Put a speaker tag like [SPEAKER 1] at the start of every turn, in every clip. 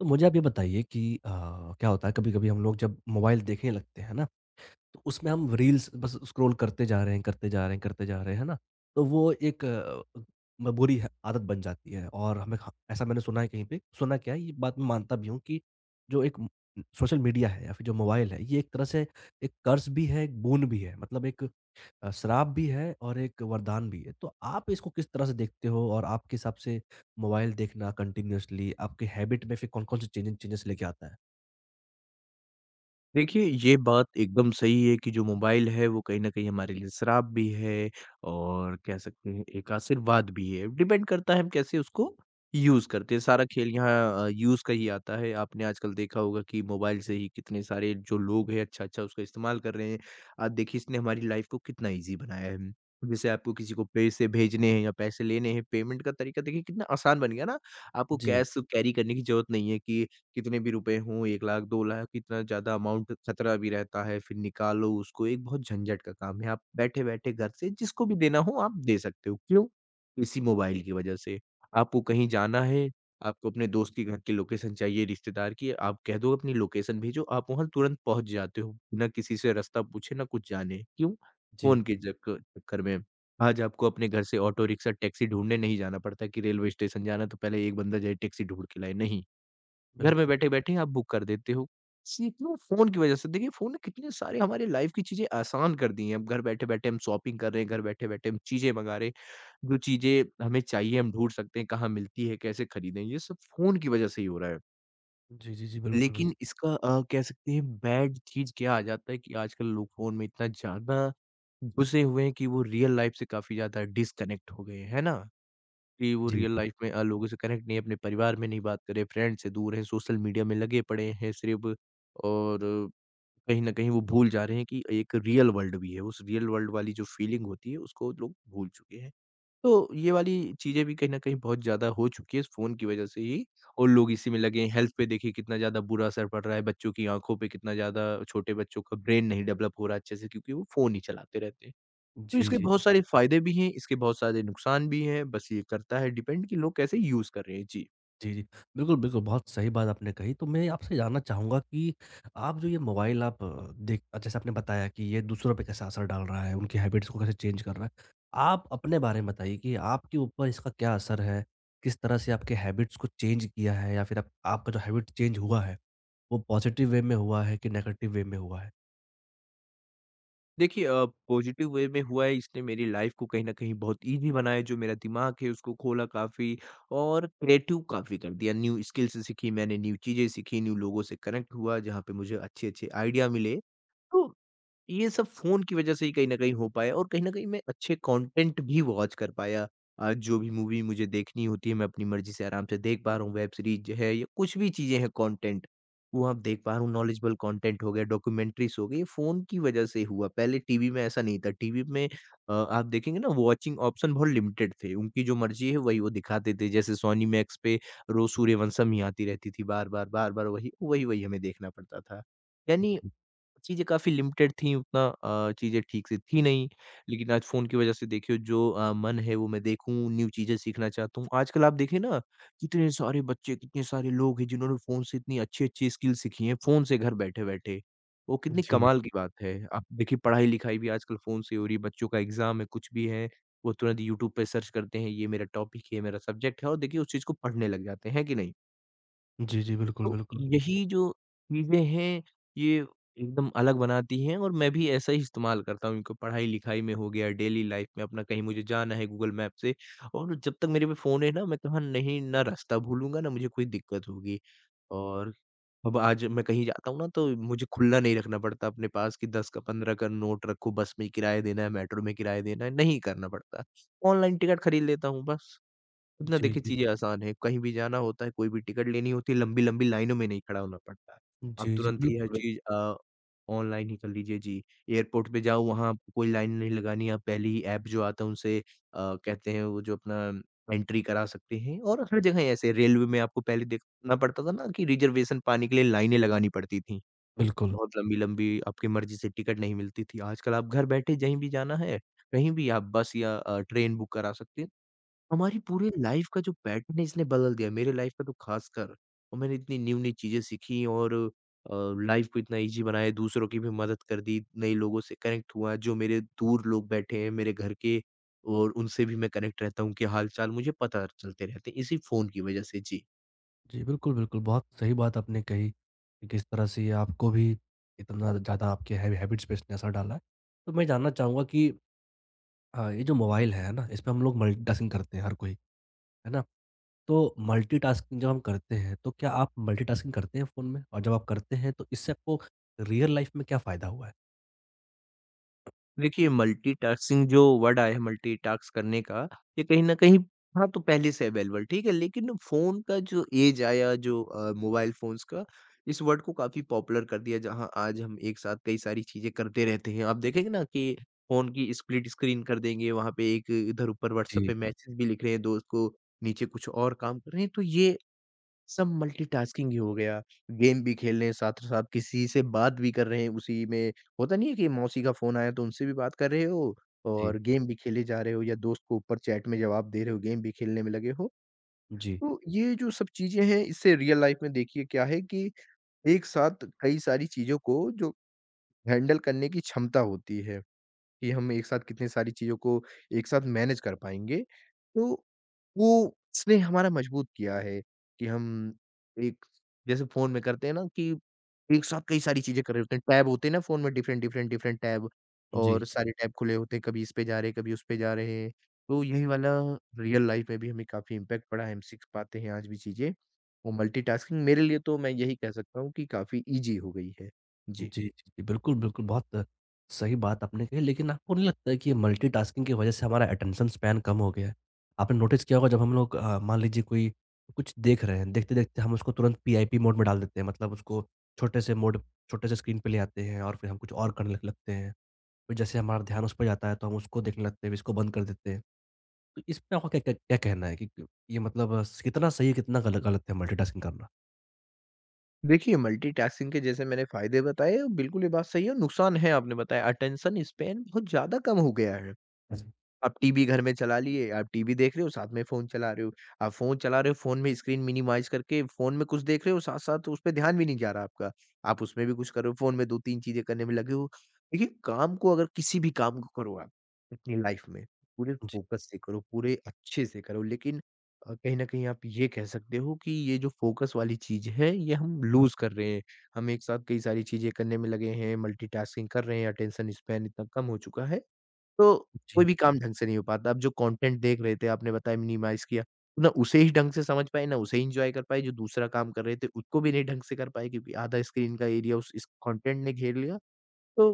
[SPEAKER 1] तो मुझे आप ये बताइए कि क्या होता है कभी-कभी हम लोग जब मोबाइल देखने लगते हैं ना, तो उसमें हम रील्स बस स्क्रॉल करते जा रहे हैं, करते जा रहे हैं, करते जा रहे हैं, है ना? तो वो एक अ, म बुरी ह आदत बन जाती है और हमें ख ऐसा मैंने सुना है कहीं पे, सुना क्या है, ये बात मैं मानता भी हूँ कि जो एक सोशल मीडिया है या फिर जो मोबाइल है, ये एक तरह से एक कर्स भी है, एक बोन भी है। मतलब एक श्राप भी है और एक वरदान भी है। तो आप इसको किस तरह से देखते हो और आपके हिसाब से मोबाइल देखना कंटिन्यूअसली आपके हैबिट में फिर कौन-कौन से चेंजेज़ चेंजेज़ लेके आता है?
[SPEAKER 2] देखिए, ये बात एकदम सही है कि जो मोबाइल है वो कहीं न कहीं हमारे लिए श्राप भी है और कह सकते हैं एक आशीर्वाद भी है। डिपेंड करता है हम कैसे उसको यूज़ करते हैं। सारा खेल यहाँ यूज़ का ही आता है। आपने आजकल देखा होगा कि मोबाइल से ही कितने सारे जो लोग हैं अच्छा-अच्छा उसका इस्तेमाल कर रहे हैं। आप देखिए इसने हमारी लाइफ़ को कितना ईज़ी बनाया है। जैसे आपको किसी को पैसे भेजने हैं या पैसे लेने हैं, पेमेंट का तरीका देखिए कितना आसान बन गया ना। आपको
[SPEAKER 1] जी,
[SPEAKER 2] कैश कैरी करने की ज़रूरत नहीं है कि कितने भी रुपए हों 1 लाख 2 लाख इतना ज़्यादा अमाउंट खतरा भी रहता है, फिर निकालो उसको एक बहुत झंझट का काम है। आप बैठे-बैठे घर से जिसको भी देना हो आप दे सकते हो, क्यों? इसी मोबाइल की वजह से। आपको कहीं जाना है, आपको अपने दोस्त के घर की लोकेशन चाहिए, रिश्तेदार की, आप कह दो अपनी लोकेशन भेजो, आप वहाँ तुरंत पहुँच जाते हो, ना किसी से रास्ता पूछे, ना कुछ जाने, क्यों?
[SPEAKER 1] जी।
[SPEAKER 2] फ़ोन के चक चक्कर में। आज आपको अपने घर से ऑटो रिक्शा, टैक्सी ढूँढने नहीं जाना पड़ता कि रेलवे स्टेशन जाना है, तो पहले एक बंदा जाए टैक्सी ढूँढ के लाए, नहीं। घर में
[SPEAKER 1] बिल्कुल।
[SPEAKER 2] बैठे-बैठे आप बुक कर देते हो। सीखो फ़ोन की वज़ह से देखिए फ़ोन ने कितने सारे हमारे लाइफ़ की चीज़ें आसान कर दी हैं। अब घर बैठे-बैठे हम शॉपिंग कर रहे हैं, घर बैठे-बैठे हम चीज़ें मँगा रहे हैं। जो चीज़ें हमें चाहिए हम ढूँढ सकते हैं, कहाँ मिलती है, कैसे खरीदें, ये सब फ़ोन की वज़ह से ही हो रहा है।
[SPEAKER 1] जी, जी, जी, बिल्कुल, बिल्कुल।
[SPEAKER 2] लेकिन इसका कह सकते हैं बैड चीज़ क्या आ जाता है कि आजकल लोग फ़ोन में इतना ज़्यादा घुसे हुए हैं कि वो रियल लाइफ़ से काफ़ी ज़्यादा डिस्कनेक्ट हो गए हैं। है ना? कि वो
[SPEAKER 1] जी,
[SPEAKER 2] रियल
[SPEAKER 1] जी।
[SPEAKER 2] लाइफ में लोगों से कनेक्ट नहीं है, अपने परिवार में नहीं बात करे, फ्रेंड से दूर हैं, सोशल मीडिया में लगे पड़े हैं सिर्फ़ और कहीं न कहीं वो भूल जा रहे हैं कि एक रियल वर्ल्ड भी है, उस रियल वर्ल्ड वाली जो फीलिंग होती है, उसको लोग भूल चुके हैं। तो ये वाली चीज़ें भी कहीं न कहीं बहुत ज़्यादा हो चुकी है इस फ़ोन की वजह से ही और लोग इसी में लगे हैं। हेल्थ पे देखिए कितना ज़्यादा बुरा असर पड़ रहा है, बच्चों की आँखों पे कितना ज़्यादा छोटे बच्चों का ब्रेन नहीं डेवलप हो रहा है अच्छे से क्योंकि वो फ़ोन ही चलाते रहते हैं। तो
[SPEAKER 1] जी,
[SPEAKER 2] इसके
[SPEAKER 1] जी।
[SPEAKER 2] बहुत सारे फायदे भी हैं, इसके बहुत सारे नुकसान भी हैं, बस ये करता है डिपेंड कि लोग कैसे यूज़ कर रहे हैं। जी।
[SPEAKER 1] जी, जी। बिल्कुल, बिल्कुल, बहुत सही बात आपने कही। तो मैं आपसे जानना चाहूँगा कि आप जो ये मोबाइल आप अ, देख जैसे आपने बताया कि ये दूसरों पे कैसा असर डाल रहा है, उनकी हैबिट्स को कैसे चेंज कर रहा है। आप अपने बारे में बताइए कि आपके ऊपर इसका क्या असर है? किस तरह से आपके हैबिट्स को चेंज किया है या फिर आप आपका जो हैबिट चेंज हुआ है, वो पॉज़िटिव वे में हुआ है कि नेगेटिव वे में हुआ है?
[SPEAKER 2] देखिए पॉजिटिव वे में हुआ है इसने मेरी लाइफ़ को कहीं न कहीं बहुत ईज़ी बनाया जो मेरा दिमाग है उसको खोला काफ़ी और क्रिएटिव काफ़ी कर दिया। न्यू स्किल्स सीखी मैंने, न्यू चीज़ें सीखी, न्यू लोगों से कनेक्ट हुआ जहाँ पे मुझे अच्छे-अच्छे आइडिया मिले। तो ये सब फ़ोन की वज़ह से ही कहीं न कहीं हो पाया और कहीं न कहीं मैं अच्छे कंटेंट भी वॉच कर पाया। जो भी मूवी मुझे देखनी होती है, मैं अपनी मर्ज़ी से आराम से देख पा रहा हूँ, वेब सीरीज़ है या कुछ भी चीज़ें हैं कंटेंट, वो आप देख पा रहा हूँ, नॉलेजेबल कंटेंट हो गया, डॉक्यूमेंट्रीज़ हो गई, ये फ़ोन की वज़ह से हुआ। पहले टीवी में ऐसा नहीं था, टीवी में आप देखेंगे ना वॉचिंग ऑप्शन बहुत लिमिटेड थे, उनकी जो मर्ज़ी है वही वो दिखाते थे। जैसे सोनी मैक्स पे रोज़ सूर्यवंशम ही आती रहती थी बार-बार, बार-बार वही, वही-वही हमें देखना पड़ता था। यानी
[SPEAKER 1] जी।
[SPEAKER 2] चीज़ें काफ़ी लिमिटेड थी उतना चीज़ें ठीक से थी नहीं, लेकिन आज फ़ोन की वज़ह से देखिए जो मन है वो मैं देखूँ, न्यू चीज़ें सीखना चाहता हूँ। आजकल आप देखें ना कितने सारे बच्चे, कितने सारे लोग हैं जिन्होंने फ़ोन से इतनी अच्छी-अच्छी स्किल सीखी हैं, फ़ोन से घर बैठे-बैठे। वो कितनी
[SPEAKER 1] जी,
[SPEAKER 2] कमाल की बात है। आप देखिए पढ़ाई-लिखाई भी आजकल फ़ोन से हो रही है, बच्चों का एग्ज़ाम है, कुछ भी है, वो तुरंत यूट्यूब पे सर्च करते हैं, ये मेरा टॉपिक है, ये मेरा सब्जेक्ट है और देखिए उस चीज़ को पढ़ने लग जाते हैं, है कि नहीं?
[SPEAKER 1] जी, जी बिल्कुल,
[SPEAKER 2] तो
[SPEAKER 1] बिल्कुल।
[SPEAKER 2] यही जो चीज़ें हैं, ये एकदम अलग बनाती हैं और मैं भी ऐसा ही इस्तेमाल करता हूँ इनको पढ़ाई-लिखाई में हो गया, डेली लाइफ़ में अपना कहीं मुझे जाना है गूगल मैप से और जब तक मेरे पे फ़ोन है ना, मैं कहाँ नहीं ना रास्ता भूलूँगा, ना मुझे कोई दिक्कत होगी। और अब आज मैं कहीं जाता हूँ ना, तो मुझे खुला नहीं रखना पड़ता अपने पास कि 10 का 15 का नोट रखो, बस में किराया देना है, मेट्रो में किराया देना है, नहीं करना पड़ता। ऑनलाइन टिकट खरीद लेता हूँ बस। इतना
[SPEAKER 1] जी,
[SPEAKER 2] देखिए
[SPEAKER 1] जी।
[SPEAKER 2] चीज़ें आसान है, कहीं भी जाना होता है, कोई भी टिकट लेनी होती है, लंबी-लंबी लाइनों में नहीं खड़ा होना पड़ता है। आप
[SPEAKER 1] जी, जी,
[SPEAKER 2] तुरंत ही हर
[SPEAKER 1] बिल्कुल,
[SPEAKER 2] चीज़ ऑनलाइन ही कर लीजिए जी। एयरपोर्ट पे जाओ वहाँ आपको कोई लाइन नहीं लगानी, आप पहले ही ऐप जो आता है उनसे कहते हैं वो जो अपना एंट्री करा सकते हैं और हर जगह ऐसे रेलवे में आपको पहले देखना पड़ता था ना कि रिजर्वेशन पाने के लिए लाइनें लगानी पड़ती थी।
[SPEAKER 1] बिल्कुल।
[SPEAKER 2] बहुत लंबी-लंबी आपकी मर्ज़ी से टिकट नहीं मिलती थी। आजकल आप घर बैठे जहीं भी जाना है, कहीं भी आप बस या ट्रेन बुक करा सकते हैं। हमारी पूरी लाइफ का जो पैटर्न है इसने बदल दिया, मेरे लाइफ का तो ख़ासकर। और मैंने इतनी न्यू-न्यू चीज़ें सीखी और अ, लाइफ को इतना ईज़ी बनाया, दूसरों की भी मदद कर दी, नए लोगों से कनेक्ट हुआ, जो मेरे दूर लोग बैठे हैं मेरे घर के और उनसे भी मैं कनेक्ट रहता हूँ, उनके हाल-चाल मुझे पता चलते रहते हैं, इसी फ़ोन की वज़ह से। जी।
[SPEAKER 1] जी, बिल्कुल, बिल्कुल। बहुत सही बात आपने कही कि किस तरह से ये आपको भी इतना ज़्यादा आपके हैबिट्स पे इसने असर डाला है। तो मैं जानना चाहूँगा कि ये जो मोबाइल है ना? इस पे हम लोग मल्टीटास्किंग करते हैं हर कोई, है ना? तो मल्टीटास्किंग जब हम करते हैं, तो क्या आप मल्टीटास्किंग करते हैं फ़ोन में? और जब आप करते हैं, तो इससे आपको रियल लाइफ़ में क्या फ़ायदा हुआ है?
[SPEAKER 2] देखिए, मल्टीटास्किंग जो वर्ड आया है मल्टीटास्क करने का, ये कहीं न कहीं था तो पहले से अवेलेबल, ठीक है? लेकिन फ़ोन का जो ऐज आया जो मोबाइल फ़ोन्स का, इस वर्ड को काफ़ी पॉपुलर कर दिया, जहाँ आज हम एक साथ कई सारी चीज़ें करते रहते हैं। आप देखेंगे ना कि फ़ोन की स्प्लिट स्क्रीन कर देंगे, वहाँ पे एक इधर ऊपर व्हाट्सएप
[SPEAKER 1] जी,
[SPEAKER 2] पे मैसेज भी लिख रहे हैं दोस्त को, नीचे कुछ और काम कर रहे हैं, तो ये सब मल्टीटास्किंग ही हो गया। गेम भी खेल रहे हैं, साथ-साथ किसी से बात भी कर रहे हैं उसी में। होता नहीं है कि मौसी का फ़ोन आया तो उनसे भी बात कर रहे हो
[SPEAKER 1] जी।
[SPEAKER 2] और गेम भी खेले जा रहे हो या दोस्त को ऊपर चैट में जवाब दे रहे हो, गेम भी खेलने में लगे हो।
[SPEAKER 1] जी,
[SPEAKER 2] तो ये जो सब चीज़ें हैं इससे रियल लाइफ़ में देखिए क्या है कि एक साथ कई सारी चीज़ों को जो हैंडल करने की क्षमता होती है। कि हम एक साथ कितनी सारी चीज़ों को एक साथ मैनेज कर पाएँगे। तो वो उसने हमारा मजबूत किया है कि हम एक जैसे फ़ोन में करते हैं ना कि एक साथ कई सारी चीज़ें कर रहे होते हैं, टैब होते हैं ना फ़ोन में डिफरेंट, डिफरेंट, डिफरेंट टैब
[SPEAKER 1] जी।
[SPEAKER 2] और सारे टैब खुले होते हैं, कभी इस पे जा रहे हैं, कभी उस पे जा रहे हैं। तो यही वाला रियल लाइफ़ में भी हमें काफ़ी इम्पैक्ट पड़ा है, हम सीख पाते हैं आज भी चीज़ें। और मल्टीटास्किंग मेरे लिए तो मैं यही कह सकता हूँ कि काफ़ी ईज़ी हो गई है। जी।
[SPEAKER 1] जी, जी, जी। बिल्कुल, बिल्कुल, बहुत सही बात आपने कही, लेकिन आपको नहीं लगता है कि ये मल्टीटास्किंग की वजह से हमारा अटेंशन स्पैन कम हो गया है? आपने नोटिस किया होगा जब हम लोग मान लीजिए कोई कुछ देख रहे हैं, देखते-देखते हम उसको तुरंत पीआईपी मोड में डाल देते हैं, मतलब उसको छोटे से मोड छोटे से स्क्रीन पे ले आते हैं और फिर हम कुछ और करने लग लगते हैं। फिर जैसे हमारा ध्यान उस पे जाता है, तो हम उसको देखने लगते हैं, फिर इसको बंद कर देते हैं। तो इस पे आपका क्या क्या क्या कहना है कि क ये मतलब कितना सही है, कितना गल गलत है मल्टीटास्किंग करना?
[SPEAKER 2] देखिए, मल्टीटास्किंग के जैसे मैंने फ़ायदे बताए, बिल्कुल ये बात सही है, नुकसान है आपने बताया, अटेंशन स्पैन बहुत ज़्यादा कम हो गया है।
[SPEAKER 1] जी।
[SPEAKER 2] आप टीवी घर में चला लिए, आप टीवी देख रहे हो, साथ में फ़ोन चला रहे हो। आप फ़ोन चला रहे हो, फ़ोन में स्क्रीन मिनिमाइज़ करके फ़ोन में कुछ देख रहे हो, साथ-साथ उस पे ध्यान भी नहीं जा रहा आपका। आप उसमें भी कुछ कर रहे हो, फ़ोन में 2-3 चीज़ें करने में लगे हो। देखिए, काम को अगर किसी भी काम को करो आप अपनी लाइफ़ में, पूरे फ़ोकस से करो, पूरे अच्छे से करो। लेकिन कहीं न कहीं आप ये कह सकते हो कि ये जो फ़ोकस वाली चीज़ है, ये हम लूज़ कर रहे हैं। हम एक साथ कई सारी चीज़ें करने में लगे हैं, मल्टीटास्किंग कर रहे हैं, अटेंशन स्पैन इतना कम हो चुका है। तो कोई
[SPEAKER 1] जी।
[SPEAKER 2] भी काम ढंग से नहीं हो पाता। अब जो कंटेंट देख रहे थे आपने बताया मिनिमाइज़ किया, तो ना उसे ही ढंग से समझ पाए, ना उसे एन्जॉय कर पाए, जो दूसरा काम कर रहे थे उसको भी नहीं ढंग से कर पाए क्योंकि आधा स्क्रीन का एरिया उस इस कंटेंट ने घेर लिया। तो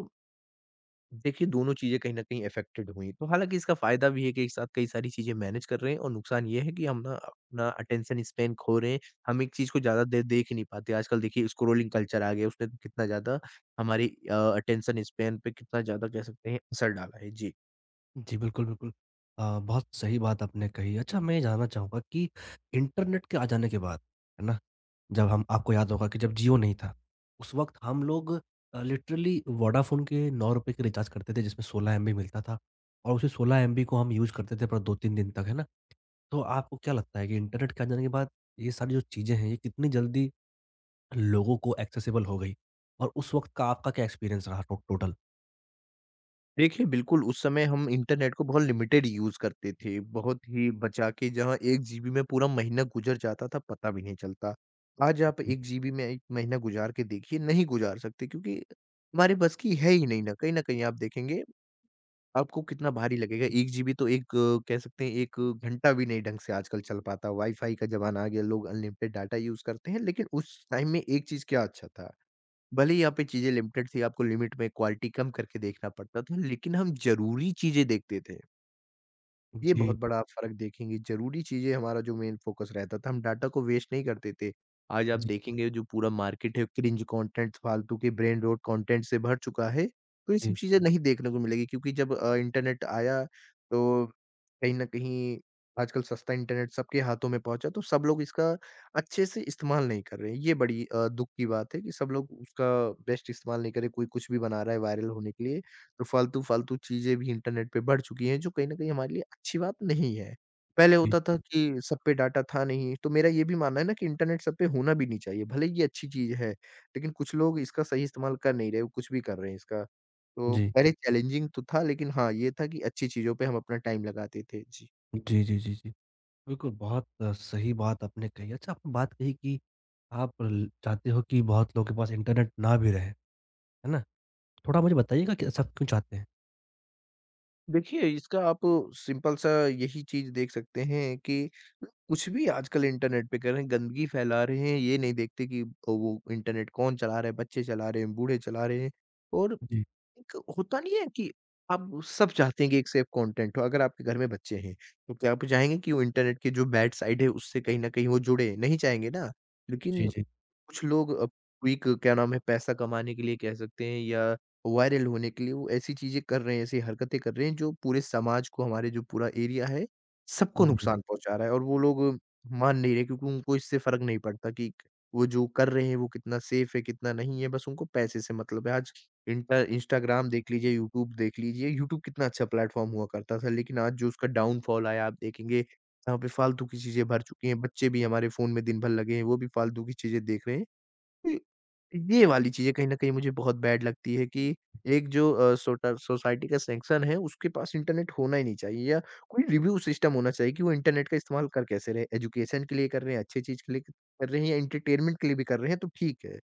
[SPEAKER 2] देखिए दोनों चीज़ें कहीं न कहीं अफ़ेक्टेड हुई। तो हालाँकि इसका फ़ायदा भी है कि एक साथ कई सारी चीज़ें मैनेज कर रहे हैं और नुकसान ये है कि हम ना अपना अटेंशन स्पैन खो रहे हैं। हम एक चीज़ को ज़्यादा देर देख ही नहीं पाते। आजकल देखिए स्क्रॉलिंग कल्चर आ गया उसने तो कितना ज़्यादा हमारी अटेंशन स्पैन पे कितना ज़्यादा कह सकते हैं असर डाला है। जी।
[SPEAKER 1] जी, बिल्कुल, बिल्कुल। बहुत सही बात आपने कही। अच्छा मैं ये जानना चाहूँगा कि इंटरनेट के आ जाने के बाद, है ना? जब हम आपको याद होगा कि जब जियो नहीं था, उस वक़्त हम लोग लिटरली वोडाफ़ोन के ₹9 के रिचार्ज करते थे जिसमें 16 एमबी मिलता था और उसी 16 एमबी को हम यूज़ करते थे पर 2-3 दिन तक, है ना? तो आपको क्या लगता है कि इंटरनेट के आ जाने के बाद ये सारी जो चीज़ें हैं, ये कितनी जल्दी लोगों को एक्सेसिबल हो गई? और उस वक़्त का आपका क्या एक्सपीरियंस रहा टो टोटल?
[SPEAKER 2] देखिए, बिल्कुल उस समय हम इंटरनेट को बहुत लिमिटेड यूज़ करते थे, बहुत ही बचा के जहाँ 1 जीबी में पूरा महीना गुज़र जाता था, पता भी नहीं चलता। आज आप 1 जीबी में 1 महीना गुज़ार के देखिए, नहीं गुज़ार सकते क्योंकि हमारे बस की है ही नहीं ना, कहीं न कहीं आप देखेंगे आपको कितना भारी लगेगा, 1 जीबी तो एक कह सकते हैं 1 घंटा भी नहीं ढंग से आजकल चल पाता, वाई-फाई का ज़माना आ गया, लोग अनलिमिटेड डाटा यूज़ करते हैं, लेकिन उस टाइम में एक चीज़ क्या अच्छा था, भले ही यहाँ पे चीज़ें लिमिटेड थी, आपको लिमिट में क्वालिटी कम करके देखना पड़ता था, लेकिन हम ज़रूरी चीज़ें देखते थे। ये बहुत
[SPEAKER 1] जी,
[SPEAKER 2] बड़ा आप फ़र्क देखेंगे, ज़रूरी चीज़ें हमारा जो मेन फ़ोकस रहता था, हम डाटा को वेस्ट नहीं करते थे। आज आप
[SPEAKER 1] जी,
[SPEAKER 2] देखेंगे जो पूरा मार्केट है क्रिंज कंटेंट फालतू के ब्रेन रॉट कंटेंट से भर चुका है, तो ये सब
[SPEAKER 1] जी,
[SPEAKER 2] चीज़ें नहीं देखने को मिलेगी क्योंकि जब इंटरनेट आया तो कहीं न कहीं आजकल सस्ता इंटरनेट सबके हाथों में पहुँचा तो सब लोग इसका अच्छे से इस्तेमाल नहीं कर रहे हैं। ये बड़ी दुःख की बात है कि सब लोग उसका बेस्ट इस्तेमाल नहीं कर रहे, कोई कुछ भी बना रहा है वायरल होने के लिए। और फालतू-फालतू चीज़ें भी इंटरनेट पे बढ़ चुकी हैं जो कहीं न कहीं हमारे लिए अच्छी बात नहीं है। पहले
[SPEAKER 1] जी,
[SPEAKER 2] होता था कि सब पे डाटा था नहीं, तो मेरा ये भी मानना है ना कि इंटरनेट सब पे होना भी नहीं चाहिए, भले ही ये अच्छी चीज़ है, लेकिन कुछ लोग इसका सही इस्तेमाल कर नहीं रहे, वो कुछ भी कर रहे हैं इसका। तो
[SPEAKER 1] जी।
[SPEAKER 2] पहले चैलेंजिंग तो था लेकिन हाँ, ये था कि अच्छी चीज़ों पे हम अपना टाइम लगाते थे। जी।
[SPEAKER 1] जी, जी, जी, जी। बिल्कुल, बहुत सही बात आपने कही। अच्छा, आपने बात कही कि आप ल चाहते हो कि बहुत लोगों के पास इंटरनेट ना भी रहे, है ना? थोड़ा मुझे बताइएगा कि ऐसा क्यों चाहते हैं?
[SPEAKER 2] देखिए, इसका आप सिंपल सा यही चीज़ देख सकते हैं कि कुछ भी आजकल इंटरनेट पे कर रहे हैं, गंदगी फैला रहे हैं, ये नहीं देखते कि वो इंटरनेट कौन चला रहा है, बच्चे चला रहे हैं, बूढ़े चला रहे हैं और
[SPEAKER 1] जी,
[SPEAKER 2] एक होता नहीं है कि आप सब चाहते हैं कि एक सेफ कंटेंट हो। अगर आपके घर में बच्चे हैं तो क्या आप चाहेंगे कि वो इंटरनेट की जो बैड साइड है उससे कहीं ना कहीं वो जुड़े, नहीं चाहेंगे ना। लेकिन
[SPEAKER 1] जी, जी।
[SPEAKER 2] कुछ लोग क्विक क्या नाम है पैसा कमाने के लिए कह सकते हैं या वायरल होने के लिए वो ऐसी चीजें कर रहे हैं, ऐसी हरकतें कर रहे हैं जो पूरे समाज को, हमारे जो पूरा एरिया है, सबको
[SPEAKER 1] जी।
[SPEAKER 2] नुकसान पहुंचा रहा है और वो लोग मान नहीं रहे क्योंकि उनको इससे फर्क नहीं पड़ता कि वो जो कर रहे हैं वो कितना सेफ है कितना नहीं है, बस उनको पैसे से मतलब है। आज इंटा इंस्टाग्राम देख लीजिए, यूट्यूब कितना अच्छा प्लेटफ़ॉर्म हुआ करता था, लेकिन आज जो उसका डाउनफ़ॉल आया आप देखेंगे, यहाँ पे फालतू की चीज़ें भर चुकी हैं, बच्चे भी हमारे फ़ोन में दिन भर लगे हैं, वो भी फालतू की चीज़ें देख रहे हैं। तो ये वाली चीज़ें कहीं न कहीं मुझे बहुत बैड लगती है कि एक जो सोटा सोसाइटी का सेक्शन है, उसके पास इंटरनेट होना ही नहीं चाहिए या कोई रिव्यू सिस्टम होना चाहिए कि वो इंटरनेट का इस्तेमाल कर कैसे रहे हैं, एजुकेशन के लिए कर रहे हैं, अच्छी चीज़ के लिए क कर रहे हैं या एंटरटेनमेंट के लिए भी कर रहे हैं, तो ठीक है।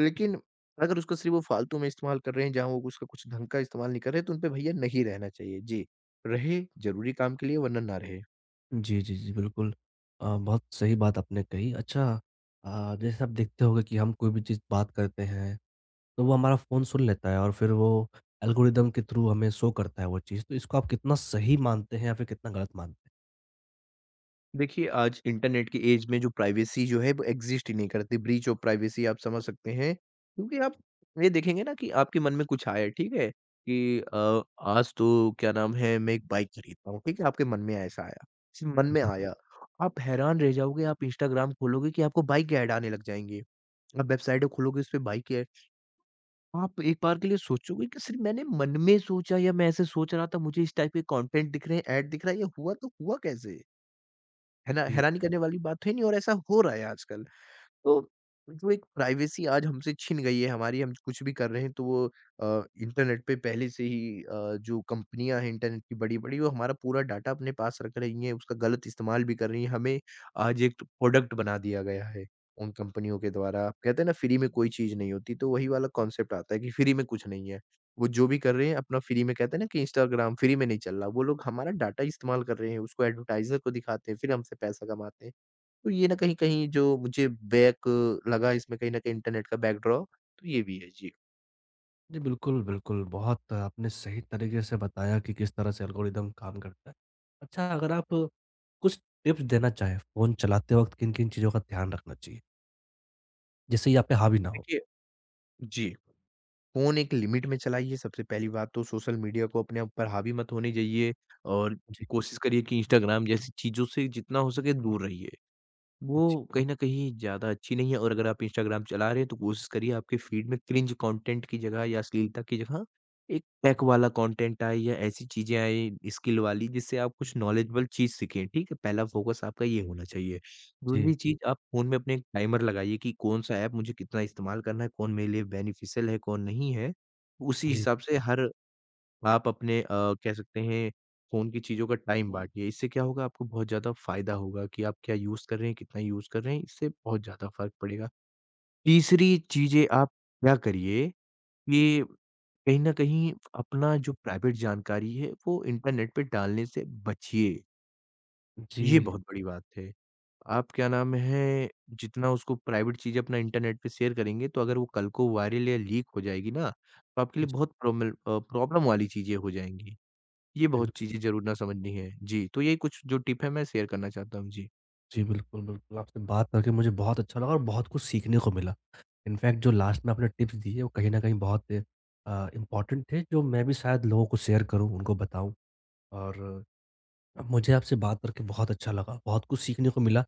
[SPEAKER 2] लेकिन अगर उसको सिर्फ़ वो फ़ालतू में इस्तेमाल कर रहे हैं, जहाँ वो उसका कुछ ढंग का इस्तेमाल नहीं कर रहे हैं, तो उनपे भैया नहीं रहना चाहिए। जी, रहे ज़रूरी काम के लिए वरना ना रहे।
[SPEAKER 1] जी, जी, जी, बिल्कुल। बहुत सही बात आपने कही। अच्छा जैसे आप देखते होंगे कि हम कोई भी चीज़ बात करते हैं, तो वो हमारा फ़ोन सुन लेता है और फिर वो एल्गोरिदम के थ्रू हमें शो करता है वो चीज़। तो इसको आप कितना सही मानते हैं या फिर कितना गलत मानते
[SPEAKER 2] देखिए, आज इंटरनेट की एज में जो प्राइवेसी जो है वो एक्ज़िस्ट ही नहीं करती, ब्रीच ऑफ़ प्राइवेसी आप समझ सकते हैं। क्योंकि आप ये देखेंगे ना कि आपके मन में कुछ आया, ठीक है? कि आज तो क्या नाम है मैं एक बाइक खरीदता हूँ, ठीक है? आपके मन में ऐसा आया, सिर्फ़ मन
[SPEAKER 1] हैं?
[SPEAKER 2] में
[SPEAKER 1] जी।
[SPEAKER 2] आया। आप हैरान रह जाओगे, आप इंस्टाग्राम खोलोगे कि आपको बाइक के ऐड आने लग जाएँगे। आप वेबसाइटें खोलोगे उस पे बाइक के। आप एक बार के लिए सोचोगे कि सिर्फ़ मैंने मन में सोचा या मैं ऐसे सोच रहा था, मुझे इस टाइप के कंटेंट दिख रहे हैं, ऐड दिख रहा है, ये हुआ तो हुआ कैसे? है ना?
[SPEAKER 1] जी।
[SPEAKER 2] हैरानी करने वाली बात तो है नहीं और ऐसा हो रहा है आजकल। तो जो एक प्राइवेसी आज हमसे छिन गई है हमारी, हम कुछ भी कर रहे हैं तो वो इंटरनेट पे पहले से ही जो कंपनियाँ हैं इंटरनेट की बड़ी-बड़ी वो हमारा पूरा डाटा अपने पास रख रही हैं, उसका गलत इस्तेमाल भी कर रही हैं। हमें आज एक प्रोडक्ट बना दिया गया है उन कंपनियों के द्वारा। आप कहते हैं ना फ्री में कोई चीज़ नहीं होती, तो वही वाला कॉन्सेप्ट आता है कि फ्री में कुछ नहीं है। वो जो भी कर रहे हैं अपना फ्री में कहते हैं ना कि इंस्टाग्राम फ्री में नहीं चल रहा, वो लोग हमारा डाटा इस्तेमाल कर रहे हैं, उसको एडवर्टाइज़र को दिखाते हैं, फिर हमसे पैसा कमाते हैं। तो ये ना कहीं-कहीं जो मुझे बैक लगा इसमें कहीं न कहीं इंटरनेट का बैकडॉ, तो ये भी है। जी।
[SPEAKER 1] जी, बिल्कुल, बिल्कुल। बहुत आपने सही तरीके से बताया कि किस तरह से एल्गोरिदम काम करता है। अच्छा अगर आप कुछ टिप्स देना चाहें, फ़ोन चलाते वक़्त किन-किन चीज़ों का ध्यान रखना चाहिए? जिससे ये आप पे हावी ना हो?
[SPEAKER 2] देखिए जी, फ़ोन एक लिमिट में चलाइए, सबसे पहली बात तो सोशल मीडिया को अपने ऊपर हावी मत होने जाइए और
[SPEAKER 1] जी,
[SPEAKER 2] कोशिश करिए कि इंस्टाग्राम जैसी चीज़ों से जितना हो सके दूर रहिए। वो
[SPEAKER 1] जी,
[SPEAKER 2] कहीं न कहीं ज़्यादा अच्छी नहीं है और अगर आप इंस्टाग्राम चला रहे हैं तो कोशिश करिए आपके फ़ीड में क्रिंज कंटेंट की जगह या अश्लीलता की जगह एक टेक वाला कंटेंट आए या ऐसी चीज़ें आएँ स्किल वाली जिससे आप कुछ नॉलेजेबल चीज़ सीखें, ठीक है? पहला फ़ोकस आपका ये होना चाहिए।
[SPEAKER 1] जी,
[SPEAKER 2] दूसरी चीज़ आप फ़ोन में अपने एक टाइमर लगाइए कि कौन-सा ऐप मुझे कितना इस्तेमाल करना है, कौन मेरे लिए बेनिफिशियल है, कौन नहीं है। उसी
[SPEAKER 1] जी,
[SPEAKER 2] हिसाब से हर आप अपने कह सकते हैं फ़ोन की चीज़ों का टाइम हुँ। बाँटिए। इससे क्या होगा, आपको बहुत ज़्यादा फ़ायदा होगा कि आप क्या यूज़ कर रहे हैं, कितना यूज़ कर रहे हैं, इससे बहुत ज़्यादा फ़र्क पड़ेगा। तीसरी चीज़ें आप क्या करिए कि कहीं न कहीं अपना जो प्राइवेट जानकारी है वो इंटरनेट पे डालने से बचिए, ये
[SPEAKER 1] जी,
[SPEAKER 2] बहुत बड़ी बात है। आप क्या नाम है जितना उसको प्राइवेट चीज़ें अपना इंटरनेट पे शेयर करेंगे तो अगर वो कल को वायरल या लीक हो जाएगी ना, तो आपके लिए बहुत प्रॉब्लम वाली चीज़ें हो जाएँगी। ये
[SPEAKER 1] जी,
[SPEAKER 2] बहुत चीज़ें ज़रूर ना समझनी है। जी, तो यही कुछ जो टिप है मैं शेयर करना चाहता हूँ। जी।
[SPEAKER 1] जी, बिल्कुल, बिल्कुल। आपसे बात करके मुझे बहुत अच्छा लगा और बहुत कुछ सीखने को मिला। इनफैक्ट जो लास्ट में आपने टिप्स दी है, वो कहीं न कहीं बहुत इम्पोर्टेंट थे, जो मैं भी शायद लोगों को शेयर करूँ, उनको बताऊँ और मुझे आपसे बात करके बहुत अच्छा लगा। बहुत कुछ सीखने को मिला।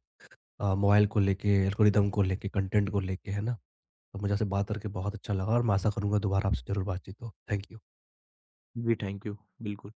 [SPEAKER 1] मोबाइल को लेके, एल्गोरिदम को लेके, कंटेंट को लेके, है ना? तो मुझे आपसे बात करके बहुत अच्छा लगा और मैं आशा करूँगा दोबारा आपसे ज़रूर बातचीत हो। Thank you.
[SPEAKER 2] जी, थैंक यू। बिल्कुल।